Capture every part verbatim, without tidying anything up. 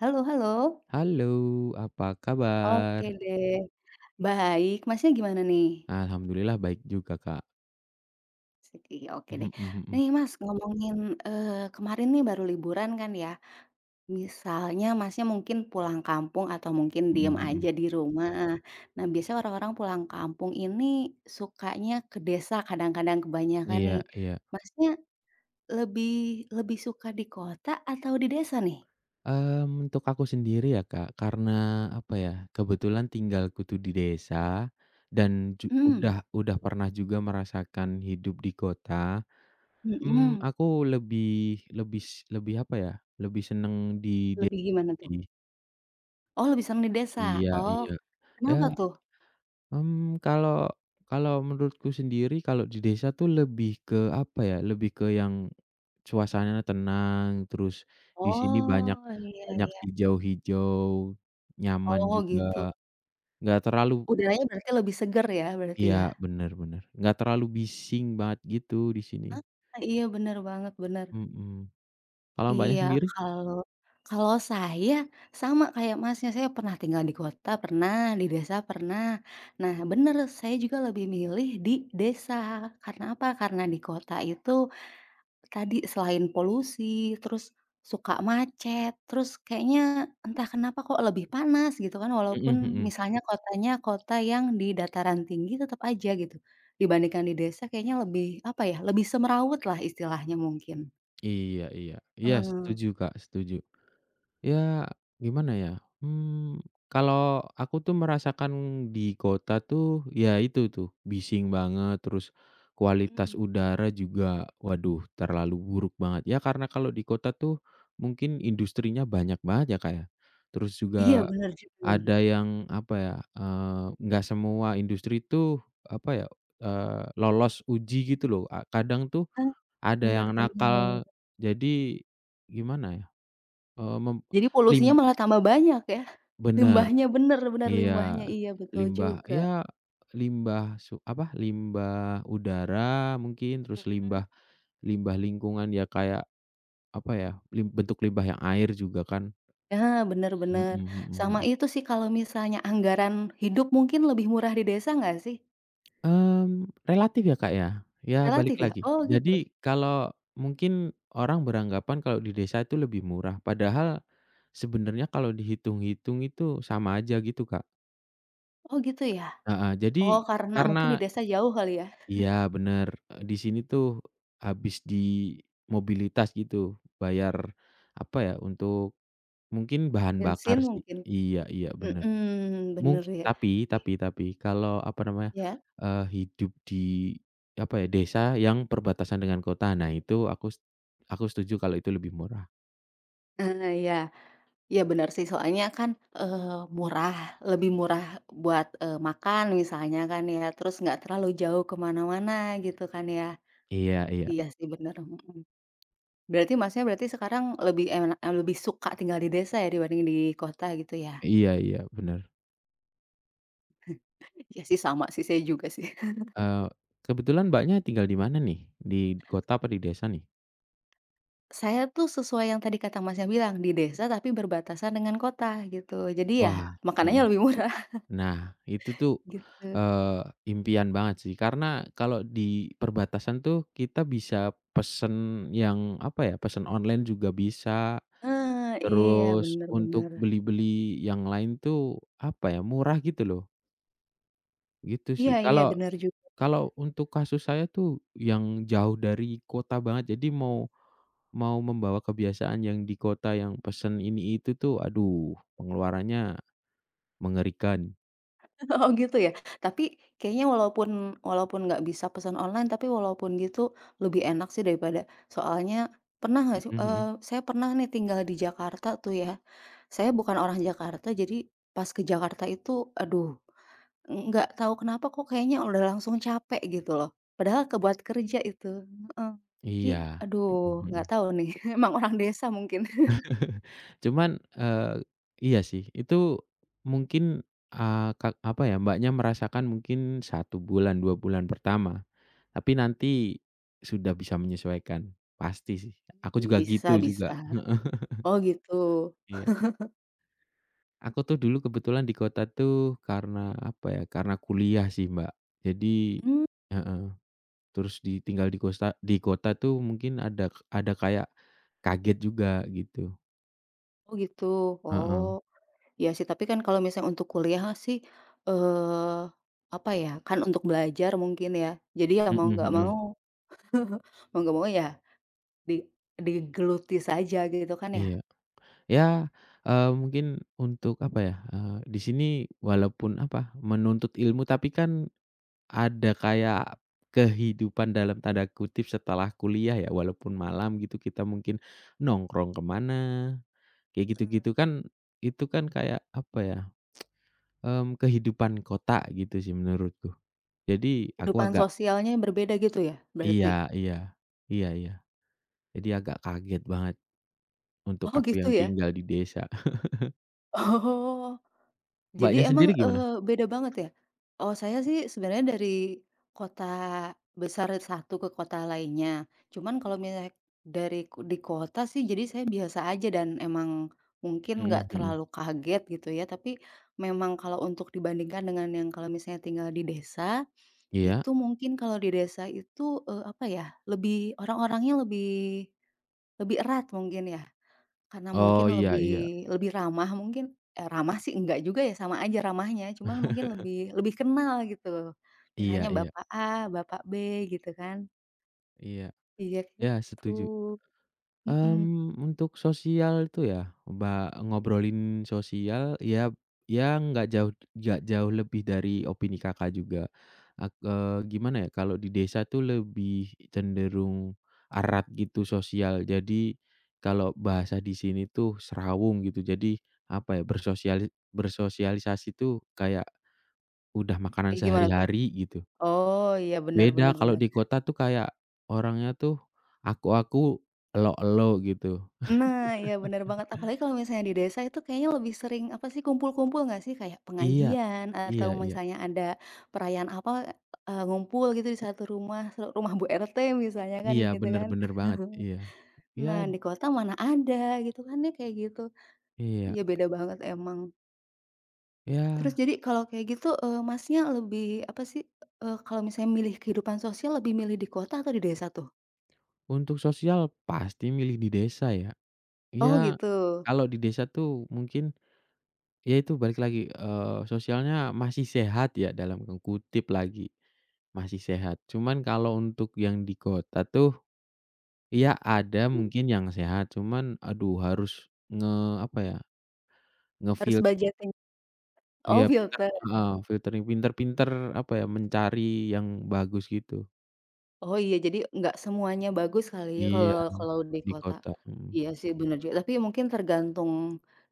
Halo halo, Halo, apa kabar? oke deh, baik, Masnya gimana nih? Alhamdulillah baik juga, Kak. Seki oke deh. Mhm mhm Nih Mas, ngomongin, eee, kemarin nih baru liburan kan ya, misalnya Masnya mungkin pulang kampung atau mungkin mhm diem mhm. aja di rumah. Nah, biasanya orang-orang pulang kampung ini sukanya ke desa kadang-kadang kebanyakan nih. Iya iya. Masnya lebih lebih suka di kota atau di desa nih? Mmm, untuk aku sendiri ya, Kak, karena apa ya, kebetulan tinggalku tuh di desa dan ju Mmm, udah udah pernah juga merasakan hidup di kota. mmm, mhm, Aku lebih lebih s lebih apa ya, lebih seneng di desa lebih gimana tuh? sih. Oh, lebih seneng di desa? Iya Oh, iya. Ya, kenapa tuh? Mmm, kalau kalau menurutku sendiri kalau di desa tuh lebih ke apa ya, lebih ke yang suasananya tenang. Terus di sini banyak Oh, iya banyak iya. hijau-hijau, nyaman Oh, gitu. juga, nggak terlalu, Udaranya berarti lebih seger ya, berarti iya, ya? bener bener, nggak terlalu bising banget gitu di sini, Heeh, iya bener banget, bener. mhm. Kalau Mbaknya Iya, sendiri? kalau kalau saya sama kayak Masnya, saya pernah tinggal di kota, pernah, di desa pernah. Nah bener, saya juga lebih milih di desa. Karena apa? Karena di kota itu tadi selain polusi, terus suka macet, terus kayaknya entah kenapa kok lebih panas gitu kan, walaupun Mhm mhm. misalnya kotanya kota yang di dataran tinggi tetap aja gitu, dibandingkan di desa kayaknya lebih, apa ya, lebih semrawut lah istilahnya mungkin. Iya iya. Iya Heeh. setuju Kak, setuju. Ya, gimana ya, mmm, kalau aku tuh merasakan di kota tuh, ya itu tuh, bising banget. Terus kualitas Mhm. udara juga waduh terlalu buruk banget. Ya karena kalau di kota tuh mungkin industrinya banyak banget ya, Kak, ya. Terus Iya juga bener juga. ada yang apa ya, eee, nggak semua industri tuh apa ya, eee, lolos uji gitu loh, a kadang tuh Heeh, ada bener yang bener. nakal. Jadi gimana ya, eee, mem Jadi lim polusinya malah tambah banyak ya, bener, limbahnya bener bener iya. limbahnya, iya betul Limbah juga. ya, limbah su apa, limbah udara mungkin, terus Mhm. limbah limbah lingkungan ya kayak apa ya, lim bentuk limbah yang air juga kan. Nah, bener Mhm bener. mhm Sama mhm. itu sih kalau misalnya anggaran hidup mungkin lebih murah di desa nggak sih? Mmm, relatif ya, Kak, ya. Ya Relatif balik ya? lagi. Oh gitu? Jadi kalau mungkin orang beranggapan kalau di desa itu lebih murah, padahal sebenarnya kalau dihitung-hitung itu sama aja gitu, Kak. Oh gitu ya? Heeh, jadi Oh karena karena, mungkin di desa jauh kali ya? iya bener, eee, di sini tuh habis di mobilitas gitu, bayar apa ya, untuk mungkin bahan bakar Bensin sih. mungkin? Iya iya bener. Mhm, Mung bener ya. tapi tapi tapi kalau apa namanya, Ya. eee, hidup di apa ya, desa yang perbatasan dengan kota, nah itu aku s aku setuju kalau itu lebih murah. Eee, ya Iya bener sih soalnya kan, eee, murah, lebih murah buat, eee, makan misalnya kan ya, terus nggak terlalu jauh kemana mana gitu kan ya. Iya iya. Iya sih bener, mhm. Berarti Masnya berarti sekarang lebih enak eee, lebih suka tinggal di desa ya dibanding di kota gitu ya? Iya iya bener. Iya sih sama sih saya juga sih. Eee, Kebetulan Mbaknya tinggal di mana nih? Di kota apa di desa nih? Saya tuh sesuai yang tadi kata Masnya bilang di desa tapi berbatasan dengan kota gitu. Jadi ya Wah, makanannya mhm. lebih murah Nah, itu tuh, gitu. eee, impian banget sih, karena kalau di perbatasan tuh kita bisa pesen yang, apa ya, pesen online juga bisa. Ah iya Terus bener untuk bener. beli-beli yang lain tuh, apa ya, murah gitu loh, gitu Iya sih. iya Kalau bener juga. kalau untuk kasus saya tuh yang jauh dari kota banget, jadi mau mau membawa kebiasaan yang di kota yang pesen ini itu tuh, aduh pengeluarannya mengerikan. Oh gitu ya? Tapi kayaknya walaupun walaupun nggak bisa pesan online, tapi walaupun gitu lebih enak sih daripada soalnya pernah nggak Mhm sih, eee, mhm. saya pernah nih tinggal di Jakarta tuh ya, saya bukan orang Jakarta jadi pas ke Jakarta itu aduh nggak tahu kenapa kok kayaknya udah langsung capek gitu loh, padahal kebuat kerja itu, heeh. Jadi Iya. Mhm aduh nggak mhm. tahu nih emang orang desa mungkin. Cuman, eee, iya sih, itu mungkin, eee, ka apa ya, Mbaknya merasakan mungkin satu bulan, dua bulan pertama, tapi nanti sudah bisa menyesuaikan, pasti sih. Aku juga Bisa gitu bisa. juga, Oh gitu. iya. Aku tuh dulu kebetulan di kota tuh karena apa ya, karena kuliah sih, Mbak. Jadi Mmm, heeh, terus ditinggal di kota di kota tuh mungkin ada ada kayak kaget juga gitu, oh gitu. Oh. heeh, Iya sih, tapi kan kalau misalnya untuk kuliah sih, eee, apa ya, kan untuk belajar mungkin ya. Jadi ya mhm mau nggak Mhm. mau mhm, mau nggak mau ya di digeluti saja gitu kan ya. iya. Ya, eee, mungkin untuk apa ya, eee, di sini walaupun apa, menuntut ilmu tapi kan ada kayak kehidupan dalam tanda kutip setelah kuliah ya, walaupun malam gitu kita mungkin nongkrong ke mana, kayak gitu-gitu kan itu kan kayak apa ya, mmm, kehidupan kota gitu sih menurutku. Jadi aku Kehidupan agak sosialnya yang berbeda gitu ya iya berarti? iya, iya iya. Jadi agak kaget banget untuk Oh aku gitu yang ya? tinggal di desa. Oh. Jadi Mbaknya sendiri emang, gimana? eee, beda banget ya? Oh saya sih sebenarnya dari kota besar satu ke kota lainnya. Cuman kalau misalnya dari ku di kota sih jadi saya biasa aja dan emang mungkin Mhm nggak mhm. terlalu kaget gitu ya. Tapi memang kalau untuk dibandingkan dengan yang kalau misalnya tinggal di desa, Iya. itu mungkin kalau di desa itu, eee, apa ya, lebih orang-orangnya lebih lebih erat mungkin ya. Karena mungkin Oh, iya lebih iya. lebih ramah mungkin, eee, ramah sih enggak juga ya, sama aja ramahnya, cuman mungkin lebih lebih kenal gitu. Iya Misalnya iya bapak A, bapak B gitu kan. iya. Iya Ya, gitu, setuju. mhm. Mmm, untuk sosial itu ya, ba ngobrolin sosial, ya ya nggak jauh nggak jauh lebih dari opini Kakak juga. Ak eee, gimana ya, kalau di desa tuh lebih cenderung erat gitu sosial. Jadi, kalau bahasa di sini tuh serawung gitu. Jadi, apa ya, bersosiali bersosialisasi tuh kayak udah makanan Kayak gimana tuh? sehari-hari gitu. Oh, iya bener Beda bener kalau bener. di kota tuh kayak orangnya tuh aku-aku, elo-elo gitu. Nah, iya bener banget, apalagi kalau misalnya di desa itu kayaknya lebih sering apa sih, kumpul-kumpul nggak sih? Kayak Iya. pengajian atau Iya iya. misalnya ada perayaan apa, eee, ngumpul gitu di satu rumah, se rumah Bu R T misalnya kan Iya, gitu bener kan. bener banget, iya. Iya Nah, di kota mana ada gitu kan ya kayak gitu. iya. Ya beda banget emang. Terus Ya, jadi kalau kayak gitu, eee, Masnya lebih apa sih, eee, kalau misalnya milih kehidupan sosial lebih milih di kota atau di desa tuh? untuk sosial pasti milih di desa ya. Oh Ya, gitu, kalau di desa tuh mungkin ya itu balik lagi, eee, sosialnya masih sehat ya dalam kutip lagi, masih sehat. Cuman kalau untuk yang di kota tuh, ya ada mungkin yang sehat, cuman aduh harus nge apa ya, harus ngefil budgeting. Oh iya pinter, filter. heeh, filtering, pinter-pinter apa ya, mencari yang bagus gitu. Oh iya, jadi nggak semuanya bagus kali ya Iya, kalau kalau di di kota. kota, mhm. Iya sih bener juga, tapi mungkin tergantung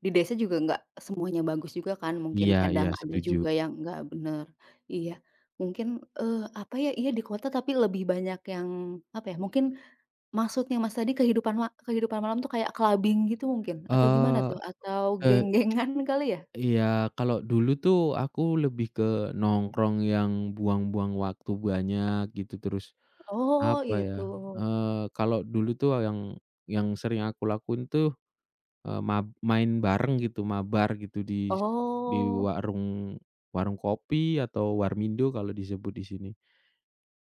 di desa juga nggak semuanya bagus juga kan, mungkin Iya kadang iya ada setuju. juga yang nggak bener. Iya, mungkin, eee, apa ya, iya di kota tapi lebih banyak yang, apa ya, mungkin maksudnya Mas tadi kehidupan ma kehidupan malam tuh kayak clubbing gitu mungkin? Atau gimana Eee tuh? Atau eee, geng-gengan kali ya? Iya, kalau dulu tuh aku lebih ke nongkrong yang buang-buang waktu banyak gitu. Terus Oh apa itu. ya, eee, kalau dulu tuh yang yang sering aku lakuin tuh, eee, mab main bareng gitu, mabar gitu di s di Oh. warung warung kopi atau warmindo kalau disebut di sini,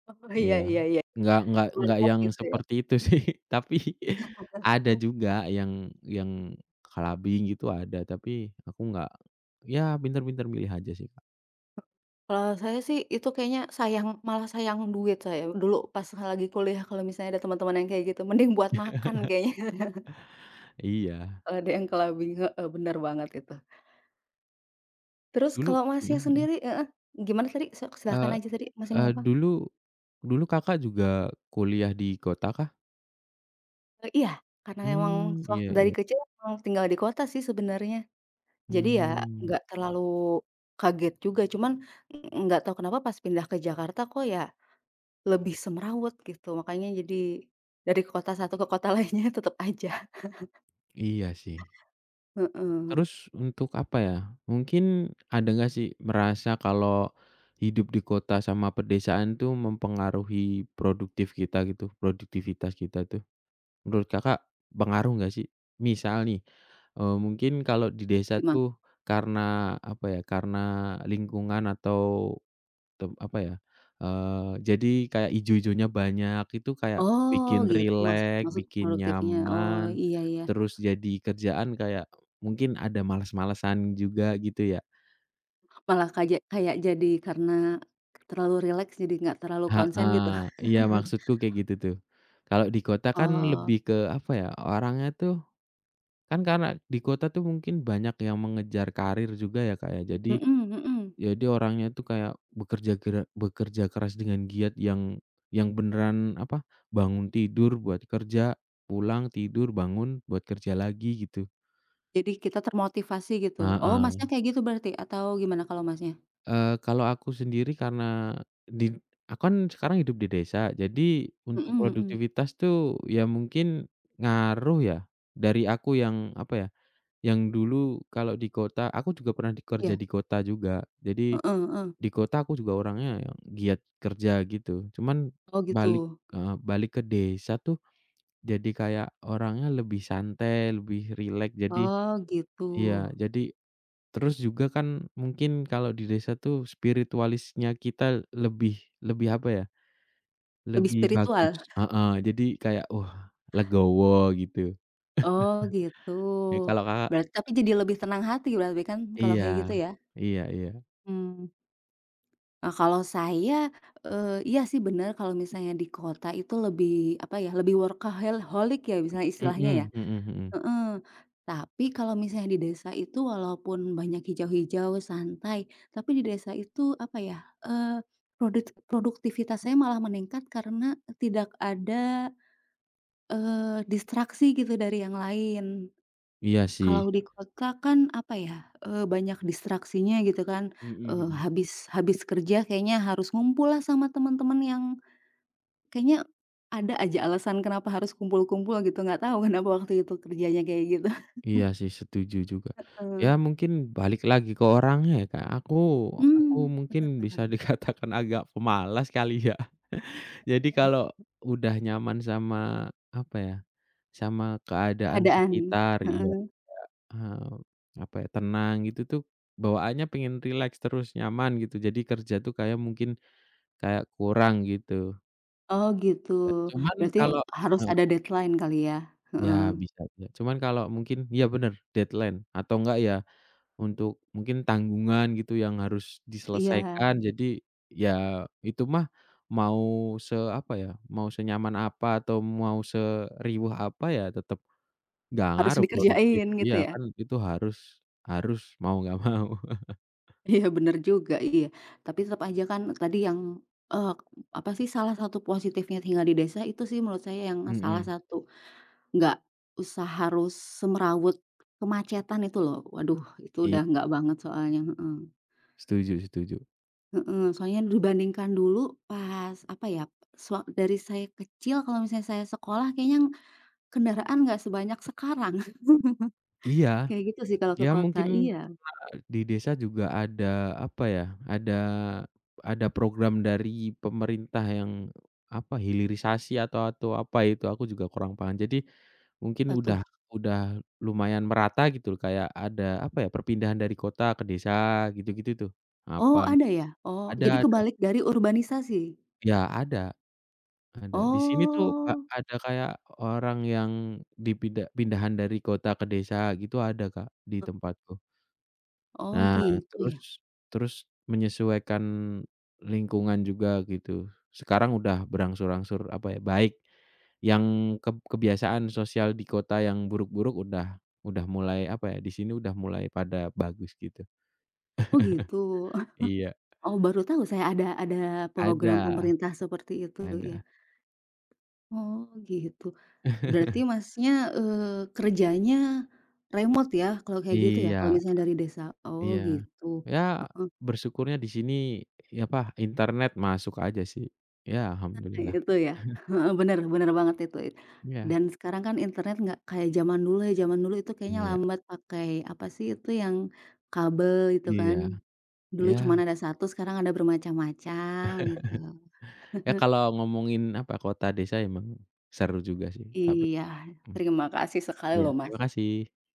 Oh iya iya. iya iya, Nggak nggak di nggak warkop yang gitu ya? seperti itu sih, tapi ada juga yang yang clubbing gitu ada, tapi aku nggak ya pintar-pintar milih aja sih, Kak. Kalau saya sih itu kayaknya sayang, malah sayang duit saya. Dulu pas lagi kuliah kalau misalnya ada teman-teman yang kayak gitu, mending buat makan kayaknya. Iya, Kalau ada yang kelabing, heeh, benar banget itu. Terus dulu kalau Masnya mhm mhm. sendiri heeh, gimana tadi? Si silahkan eee aja tadi masih mau eee, apa? dulu Dulu Kakak juga kuliah di kota kah? Eee, iya, karena emang Hmm sewak iya dari iya, kecil emang tinggal di kota sih sebenarnya. Jadi ya hmm nggak terlalu kaget juga, cuman nggak tahu kenapa pas pindah ke Jakarta kok ya lebih semrawut gitu, makanya jadi dari kota satu ke kota lainnya tetap aja. iya sih. Heeh, Terus untuk apa ya, mungkin ada nggak sih merasa kalau hidup di kota sama pedesaan tuh mempengaruhi produktif kita gitu, produktivitas kita tuh? Menurut Kakak pengaruh nggak sih? Misal nih, eee, mungkin kalau di desa gimana? tuh karena apa ya, karena lingkungan atau Tem apa ya, eee, jadi kayak ijo-ijonya banyak, itu kayak Oh bikin gitu maksud rileks, maksud bikin produktifnya, oh nyaman, iya iya, terus jadi kerjaan kayak mungkin ada males-malesan juga gitu ya. malah kaja kayak jadi karena terlalu rileks jadi nggak terlalu konsen gitu. Heeh, iya maksudku kayak gitu tuh. Kalau di kota kan Oh, lebih ke apa ya, orangnya tuh kan karena di kota tuh mungkin banyak yang mengejar karir juga ya Kak ya, jadi mhm mhm, Jadi orangnya itu kayak bekerja gera bekerja keras dengan giat yang yang beneran apa, bangun tidur buat kerja, pulang tidur, bangun buat kerja lagi gitu. jadi kita termotivasi gitu. Oh Heeh. Masnya kayak gitu berarti atau gimana kalau Masnya? Eee, kalau aku sendiri karena di aku kan sekarang hidup di desa, jadi untuk Mhm mhm, produktivitas tuh ya mungkin ngaruh ya dari aku yang apa ya, yang dulu kalau di kota aku juga pernah di iya, di kota juga. Jadi heeh heeh. di kota aku juga orangnya yang giat kerja gitu, cuman Oh balik gitu, heeh, balik ke desa tuh jadi kayak orangnya lebih santai, lebih rileks, jadi oh gitu, iya. Jadi terus juga kan mungkin kalau di desa tuh spiritualisnya kita lebih lebih apa ya, lebih lebih bagus, spiritual? heeh, jadi kayak, wah, legowo gitu. Oh gitu, Ya kalau Kakak berarti tapi jadi lebih tenang hati berarti kan kalau iya, kayak gitu ya? iya iya. Mmm. Nah kalau saya, eee, iya sih benar kalau misalnya di kota itu lebih, apa ya, lebih workaholic ya misalnya istilahnya ya, Mhm mhm mhm. heeh. Tapi kalau misalnya di desa itu walaupun banyak hijau-hijau, santai, tapi di desa itu, apa ya, eee, produt produktivitas saya malah meningkat karena tidak ada, eee, distraksi gitu dari yang lain. Iya sih. Kalau di kota kan, apa ya, eee, banyak distraksinya gitu kan, Mhm eee, mhm. habis habis kerja kayaknya harus ngumpul lah sama teman-teman yang kayaknya ada aja alasan kenapa harus kumpul-kumpul gitu, nggak tahu kenapa waktu itu kerjanya kayak gitu. Iya sih setuju juga. Ya Heeh. mungkin balik lagi ke orangnya ya Kak, aku aku Mmm, mungkin bener bener bisa bener. dikatakan agak pemalas kali ya. Jadi kalau udah nyaman sama, apa ya, sama keadaan Keadaan, sekitar iya, heeh. eee, apa ya, tenang gitu tuh bawaannya pengen relax terus, nyaman gitu. Jadi kerja tuh kayak mungkin kayak kurang gitu. Oh gitu, Ya cuman berarti kalau, harus heeh, ada deadline kali ya? ya Heeh. bisa bisa. Cuman kalau mungkin ya bener, deadline atau enggak ya untuk mungkin tanggungan gitu yang harus Iya, diselesaikan jadi ya itu mah mau se apa ya, mau senyaman apa atau mau seriuh apa ya tetap nggak harus ngaruh produktif. dikerjain gitu Iya ya? kan itu harus harus mau nggak mau. Iya bener juga, iya. Tapi tetap aja kan tadi yang, eee, apa sih salah satu positifnya tinggal di desa itu sih menurut saya yang salah Mhm, satu, nggak usah harus semerawut kemacetan itu loh. Waduh itu iya udah nggak banget soalnya, heeh. setuju setuju. Heeh, soalnya dibandingkan dulu pas apa ya, sewak dari saya kecil kalau misalnya saya sekolah kayaknya kendaraan nggak sebanyak sekarang. Iya, Kayak gitu sih kalau ke ya mungkin kota iya. e, di desa juga ada apa ya, ada ada program dari pemerintah yang apa, hilirisasi atau atau apa itu aku juga kurang paham. Jadi mungkin Apa tuh? udah udah lumayan merata gitu loh, kayak ada apa ya, perpindahan dari kota ke desa gitu-gitu tuh. Apa Oh ada ya? Oh ada jadi ada, kebalik dari urbanisasi? iya ada ada. Di sini tuh Kak, Oh, ada kayak orang yang dipindah pindahan dari kota ke desa gitu ada Kak, di e tempatku. oh Nah, gitu terus ya? terus menyesuaikan lingkungan juga gitu. Sekarang udah berangsur-angsur apa ya, baik. Yang keb kebiasaan sosial di kota yang buruk-buruk udah udah mulai apa ya, di sini udah mulai pada bagus gitu. Oh gitu. Iya, Oh baru tahu saya ada ada program ada pemerintah seperti itu ya. ada. Oh gitu. Berarti Masnya, eee, kerjanya remote ya kalau kayak gitu ya? Kalau Iya misalnya dari desa? Oh iya. gitu. Ya Heeh, bersyukurnya di sini ya apa, internet masuk aja sih. Ya alhamdulillah. itu ya? Heeh, bener bener banget itu Iya dan sekarang kan internet nggak kayak zaman dulu ya, zaman dulu itu kayaknya iya lambat pakai apa sih itu yang kabel itu kan? iya Dulu iya. cuman ada satu, sekarang ada bermacam-macam gitu. Ya kalau ngomongin apa, kota desa emang seru juga sih tapi Iya, mhm, terima kasih sekali iya loh Mas. terima kasih.